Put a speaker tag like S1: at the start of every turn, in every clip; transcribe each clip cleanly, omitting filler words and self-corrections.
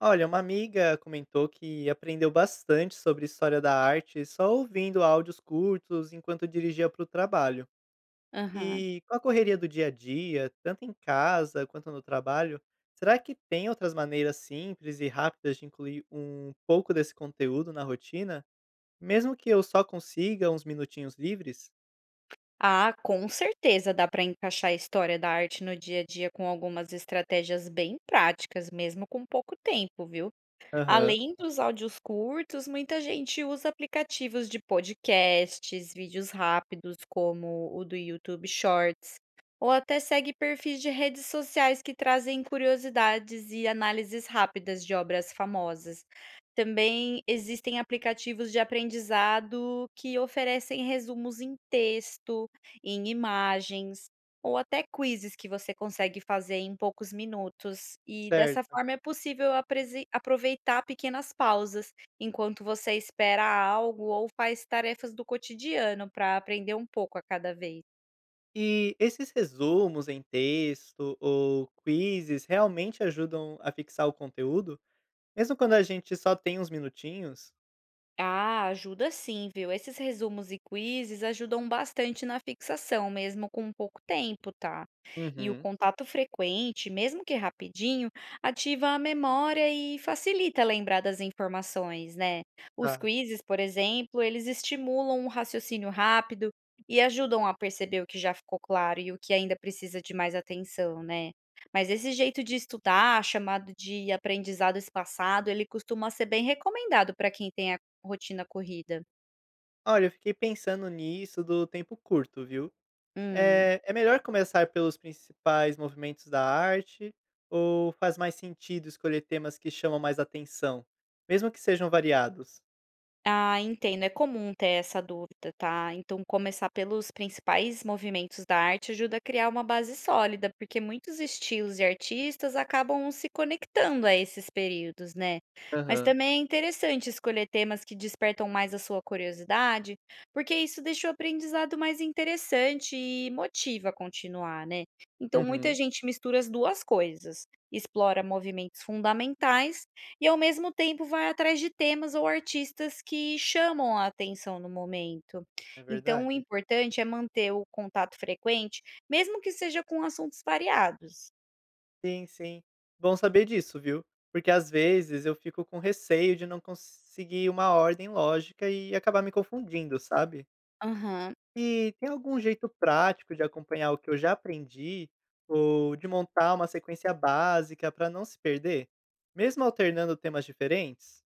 S1: Olha, uma amiga comentou que aprendeu bastante sobre história da arte só ouvindo áudios curtos enquanto dirigia para o trabalho.
S2: Aham.
S1: E com a correria do dia a dia, tanto em casa quanto no trabalho, será que tem outras maneiras simples e rápidas de incluir um pouco desse conteúdo na rotina, mesmo que eu só consiga uns minutinhos livres?
S2: Ah, com certeza dá para encaixar a história da arte no dia a dia com algumas estratégias bem práticas, mesmo com pouco tempo, viu?
S1: Aham,
S2: Além dos áudios curtos, muita gente usa aplicativos de podcasts, vídeos rápidos como o do YouTube Shorts, ou até segue perfis de redes sociais que trazem curiosidades e análises rápidas de obras famosas. Também existem aplicativos de aprendizado que oferecem resumos em texto, em imagens ou até quizzes que você consegue fazer em poucos minutos, e dessa
S1: certo.
S2: forma é possível apresen aproveitar pequenas pausas, enquanto você espera algo ou faz tarefas do cotidiano para aprender um pouco a cada vez.
S1: E esses resumos em texto ou quizzes realmente ajudam a fixar o conteúdo? Mesmo quando a gente só tem uns minutinhos?
S2: Ah, ajuda sim, viu? Esses resumos e quizzes ajudam bastante na fixação, mesmo com pouco tempo, tá? E o
S1: Uhum.
S2: contato frequente, mesmo que rapidinho, ativa a memória e facilita lembrar das informações, né? Os
S1: Tá.
S2: quizzes, por exemplo, eles estimulam o raciocínio rápido e ajudam a perceber o que já ficou claro e o que ainda precisa de mais atenção, né? Mas esse jeito de estudar, chamado de aprendizado espaçado, ele costuma ser bem recomendado para quem tem rotina corrida.
S1: Olha, eu fiquei pensando nisso do tempo curto, viu?
S2: Hum.
S1: É melhor começar pelos principais movimentos da arte ou faz mais sentido escolher temas que chamam mais atenção, mesmo que sejam variados?
S2: Ah, entendo. É comum ter essa dúvida, tá? Então, começar pelos principais movimentos da arte ajuda a criar uma base sólida, porque muitos estilos e artistas acabam se conectando a esses períodos, né? Mas
S1: Aham.
S2: também é interessante escolher temas que despertam mais a sua curiosidade, porque isso deixa o aprendizado mais interessante e motiva a continuar, né? Então, muita
S1: Uhum.
S2: gente mistura as duas coisas, explora movimentos fundamentais e ao mesmo tempo vai atrás de temas ou artistas que chamam a atenção no momento.
S1: É
S2: Então o
S1: verdade?
S2: importante é manter o contato frequente, mesmo que seja com assuntos variados.
S1: Sim, sim. Bom saber disso, viu? Porque às vezes eu fico com receio de não conseguir uma ordem lógica e acabar me confundindo, sabe?
S2: Aham.
S1: E tem algum jeito prático de acompanhar o que eu já aprendi ou de montar uma sequência básica para não se perder, mesmo alternando temas diferentes?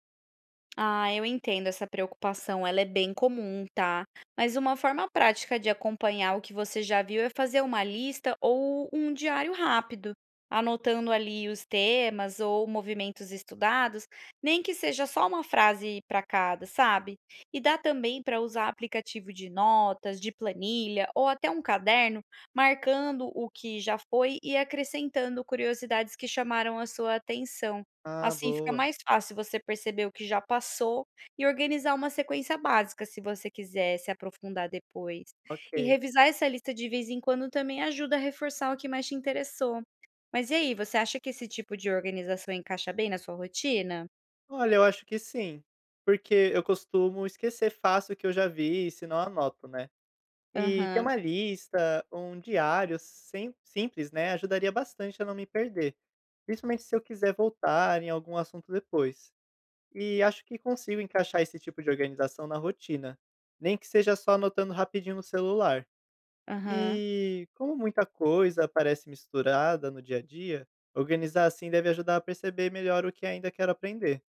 S2: Ah, eu entendo essa preocupação, ela é bem comum, tá? Mas uma forma prática de acompanhar o que você já viu é fazer uma lista ou um diário rápido, anotando ali os temas ou movimentos estudados, nem que seja só uma frase para cada, sabe? E dá também para usar aplicativo de notas, de planilha ou até um caderno, marcando o que já foi e acrescentando curiosidades que chamaram a sua atenção.
S1: Ah,
S2: Assim fica
S1: boa.
S2: mais fácil você perceber o que já passou e organizar uma sequência básica, se você quiser se aprofundar depois. E
S1: Ok.
S2: revisar essa lista de vez em quando também ajuda a reforçar o que mais te interessou. Mas e aí, você acha que esse tipo de organização encaixa bem na sua rotina?
S1: Olha, eu acho que sim, porque eu costumo esquecer fácil o que eu já vi se não anoto, né? E ter
S2: Aham,
S1: uma lista, um diário simples, né, ajudaria bastante a não me perder, principalmente se eu quiser voltar em algum assunto depois. E acho que consigo encaixar esse tipo de organização na rotina, nem que seja só anotando rapidinho no celular.
S2: aham.
S1: E como muita coisa parece misturada no dia a dia, organizar assim deve ajudar a perceber melhor o que ainda quero aprender.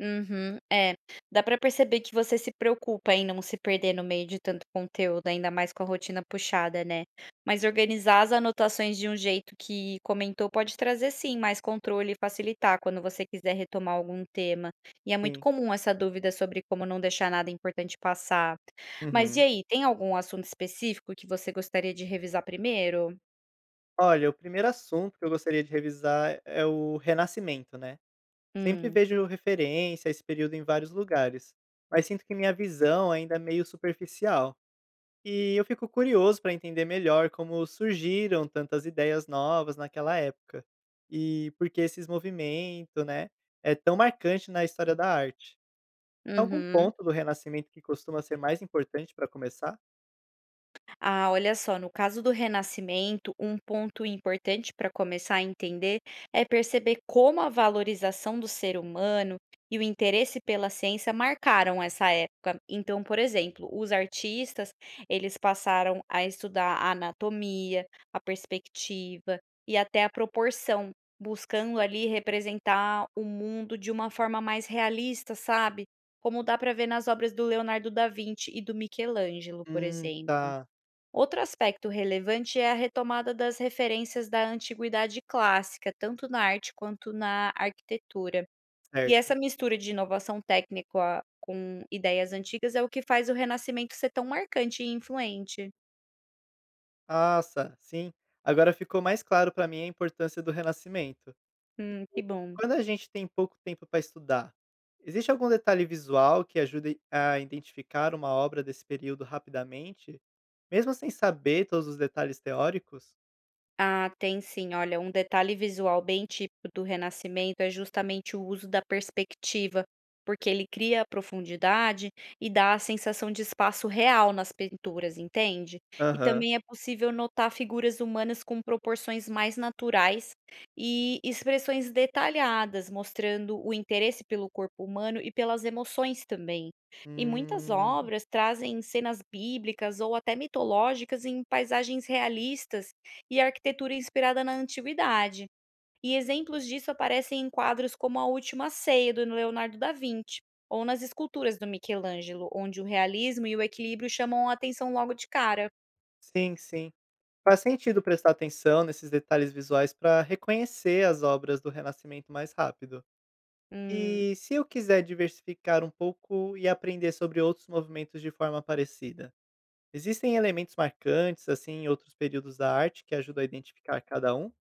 S2: Uhum. É, dá pra perceber que você se preocupa em não se perder no meio de tanto conteúdo, ainda mais com a rotina puxada, né. Mas organizar as anotações de um jeito que comentou pode trazer sim mais controle e facilitar quando você quiser retomar algum tema. E é muito
S1: Sim.
S2: comum essa dúvida sobre como não deixar nada importante passar. Mas e
S1: Uhum.
S2: aí, tem algum assunto específico que você gostaria de revisar primeiro?
S1: Olha, o primeiro assunto que eu gostaria de revisar é o renascimento, né? Sempre
S2: Hum.
S1: vejo referência a esse período em vários lugares, mas sinto que minha visão ainda é meio superficial. E eu fico curioso para entender melhor como surgiram tantas ideias novas naquela época e por que esses movimentos, né, é tão marcante na história da arte. Tem algum
S2: Uhum.
S1: ponto do Renascimento que costuma ser mais importante para começar?
S2: Ah, olha só, no caso do renascimento, um ponto importante para começar a entender é perceber como a valorização do ser humano e o interesse pela ciência marcaram essa época. Então, por exemplo, os artistas, eles passaram a estudar a anatomia, a perspectiva e até a proporção, buscando ali representar o mundo de uma forma mais realista, sabe? Como dá para ver nas obras do Leonardo da Vinci e do Michelangelo, por exemplo.
S1: Tá,
S2: Outro aspecto relevante é a retomada das referências da antiguidade clássica, tanto na arte quanto na arquitetura. E essa
S1: certo.
S2: mistura de inovação técnica com ideias antigas é o que faz o Renascimento ser tão marcante e influente.
S1: Nossa, sim. Agora ficou mais claro para mim a importância do Renascimento.
S2: Que bom.
S1: Quando a gente tem pouco tempo para estudar, existe algum detalhe visual que ajude a identificar uma obra desse período rapidamente, mesmo sem saber todos os detalhes teóricos?
S2: Ah, tem sim. Olha, um detalhe visual bem típico do Renascimento é justamente o uso da perspectiva, porque ele cria a profundidade e dá a sensação de espaço real nas pinturas, entende? E
S1: Aham.
S2: também é possível notar figuras humanas com proporções mais naturais e expressões detalhadas, mostrando o interesse pelo corpo humano e pelas emoções também. E muitas
S1: Hum.
S2: obras trazem cenas bíblicas ou até mitológicas em paisagens realistas e arquitetura inspirada na antiguidade. E exemplos disso aparecem em quadros como A Última Ceia, do Leonardo da Vinci, ou nas esculturas do Michelangelo, onde o realismo e o equilíbrio chamam a atenção logo de cara.
S1: Sim, sim. Faz sentido prestar atenção nesses detalhes visuais para reconhecer as obras do Renascimento mais rápido.
S2: Hum.
S1: E se eu quiser diversificar um pouco e aprender sobre outros movimentos de forma parecida? Existem elementos marcantes, assim, em outros períodos da arte que ajudam a identificar cada um?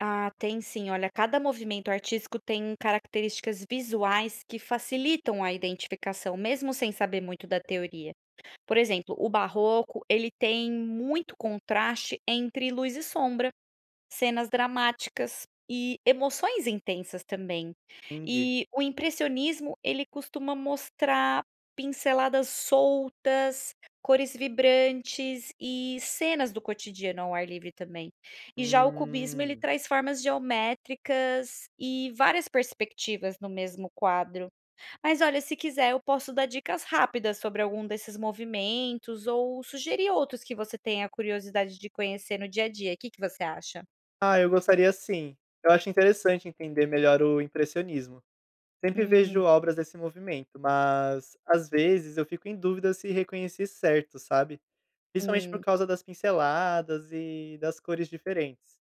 S2: Ah, tem sim. Olha, cada movimento artístico tem características visuais que facilitam a identificação, mesmo sem saber muito da teoria. Por exemplo, o barroco, ele tem muito contraste entre luz e sombra, cenas dramáticas e emoções intensas também.
S1: Entendi.
S2: E o impressionismo, ele costuma mostrar pinceladas soltas, cores vibrantes e cenas do cotidiano ao ar livre também. E já o cubismo, ele
S1: Hum.
S2: traz formas geométricas e várias perspectivas no mesmo quadro. Mas olha, se quiser, eu posso dar dicas rápidas sobre algum desses movimentos ou sugerir outros que você tenha curiosidade de conhecer no dia a dia. O que que você acha?
S1: Ah, eu gostaria sim. Eu acho interessante entender melhor o impressionismo. Sempre vejo obras desse movimento, mas às vezes eu fico em dúvida se reconheci certo, sabe? Principalmente por
S2: Hmm.
S1: causa das pinceladas e das cores diferentes.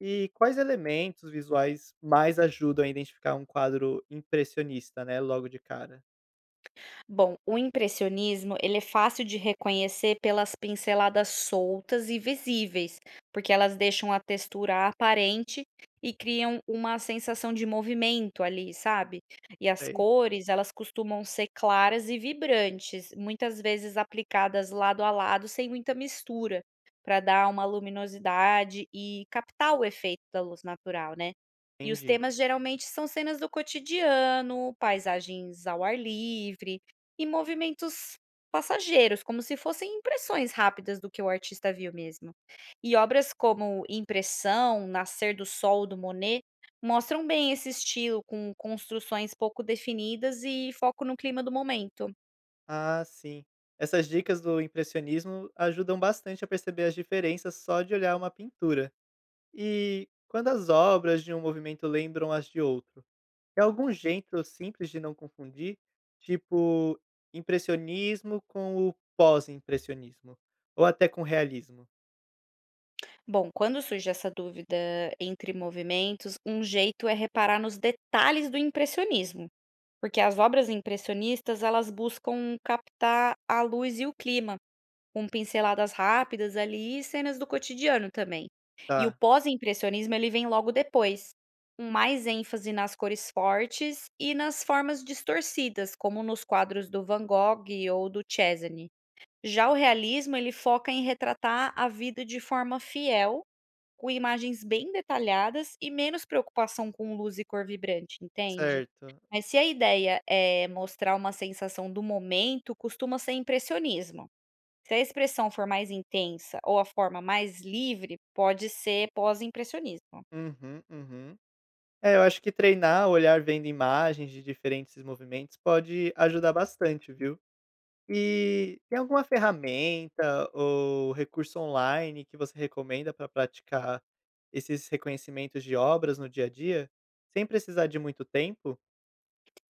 S1: E quais elementos visuais mais ajudam a identificar um quadro impressionista, né, logo de cara?
S2: Bom, o impressionismo, ele é fácil de reconhecer pelas pinceladas soltas e visíveis, porque elas deixam a textura aparente e criam uma sensação de movimento ali, sabe? E as
S1: Sei,
S2: cores, elas costumam ser claras e vibrantes, muitas vezes aplicadas lado a lado sem muita mistura, para dar uma luminosidade e captar o efeito da luz natural, né? E os
S1: entendi.
S2: temas geralmente são cenas do cotidiano, paisagens ao ar livre e movimentos passageiros, como se fossem impressões rápidas do que o artista viu mesmo. E obras como Impressão, Nascer do Sol, do Monet, mostram bem esse estilo, com construções pouco definidas e foco no clima do momento.
S1: Ah, sim. Essas dicas do impressionismo ajudam bastante a perceber as diferenças só de olhar uma pintura. E quando as obras de um movimento lembram as de outro, é algum jeito simples de não confundir, tipo impressionismo com o pós-impressionismo, ou até com realismo,
S2: Bom, quando surge essa dúvida entre movimentos, um jeito é reparar nos detalhes do impressionismo. Porque as obras impressionistas, elas buscam captar a luz e o clima, com pinceladas rápidas ali e cenas do cotidiano também. E o
S1: tá?
S2: pós-impressionismo ele vem logo depois, com mais ênfase nas cores fortes e nas formas distorcidas, como nos quadros do Van Gogh ou do Cézanne. Já o realismo ele foca em retratar a vida de forma fiel, com imagens bem detalhadas e menos preocupação com luz e cor vibrante, entende?
S1: Certo.
S2: Mas se a ideia é mostrar uma sensação do momento, costuma ser impressionismo. Se a expressão for mais intensa ou a forma mais livre, pode ser pós-impressionismo.
S1: Uhum, uhum. É, eu acho que treinar, olhar vendo imagens de diferentes movimentos pode ajudar bastante, viu? E tem alguma ferramenta ou recurso online que você recomenda para praticar esses reconhecimentos de obras no dia a dia, sem precisar de muito tempo?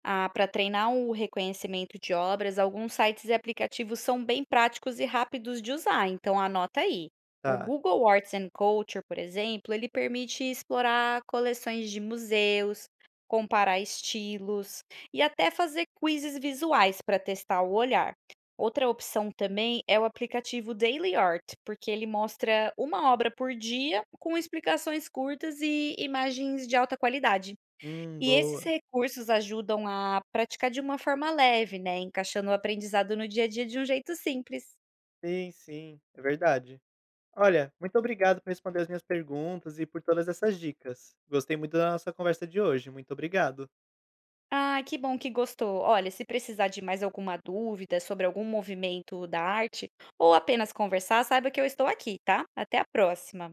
S2: Ah, para treinar o reconhecimento de obras, alguns sites e aplicativos são bem práticos e rápidos de usar, então anota aí. O
S1: Tá.
S2: Google Arts and Culture, por exemplo, ele permite explorar coleções de museus, comparar estilos e até fazer quizzes visuais para testar o olhar. Outra opção também é o aplicativo Daily Art, porque ele mostra uma obra por dia com explicações curtas e imagens de alta qualidade. E esses
S1: Boa.
S2: recursos ajudam a praticar de uma forma leve, né, encaixando o aprendizado no dia a dia de um jeito simples.
S1: Sim, sim, é verdade. Olha, muito obrigado por responder as minhas perguntas e por todas essas dicas. Gostei muito da nossa conversa de hoje. Muito obrigado.
S2: Ah, que bom que gostou. Olha, se precisar de mais alguma dúvida sobre algum movimento da arte ou apenas conversar, saiba que eu estou aqui, tá? Até a próxima.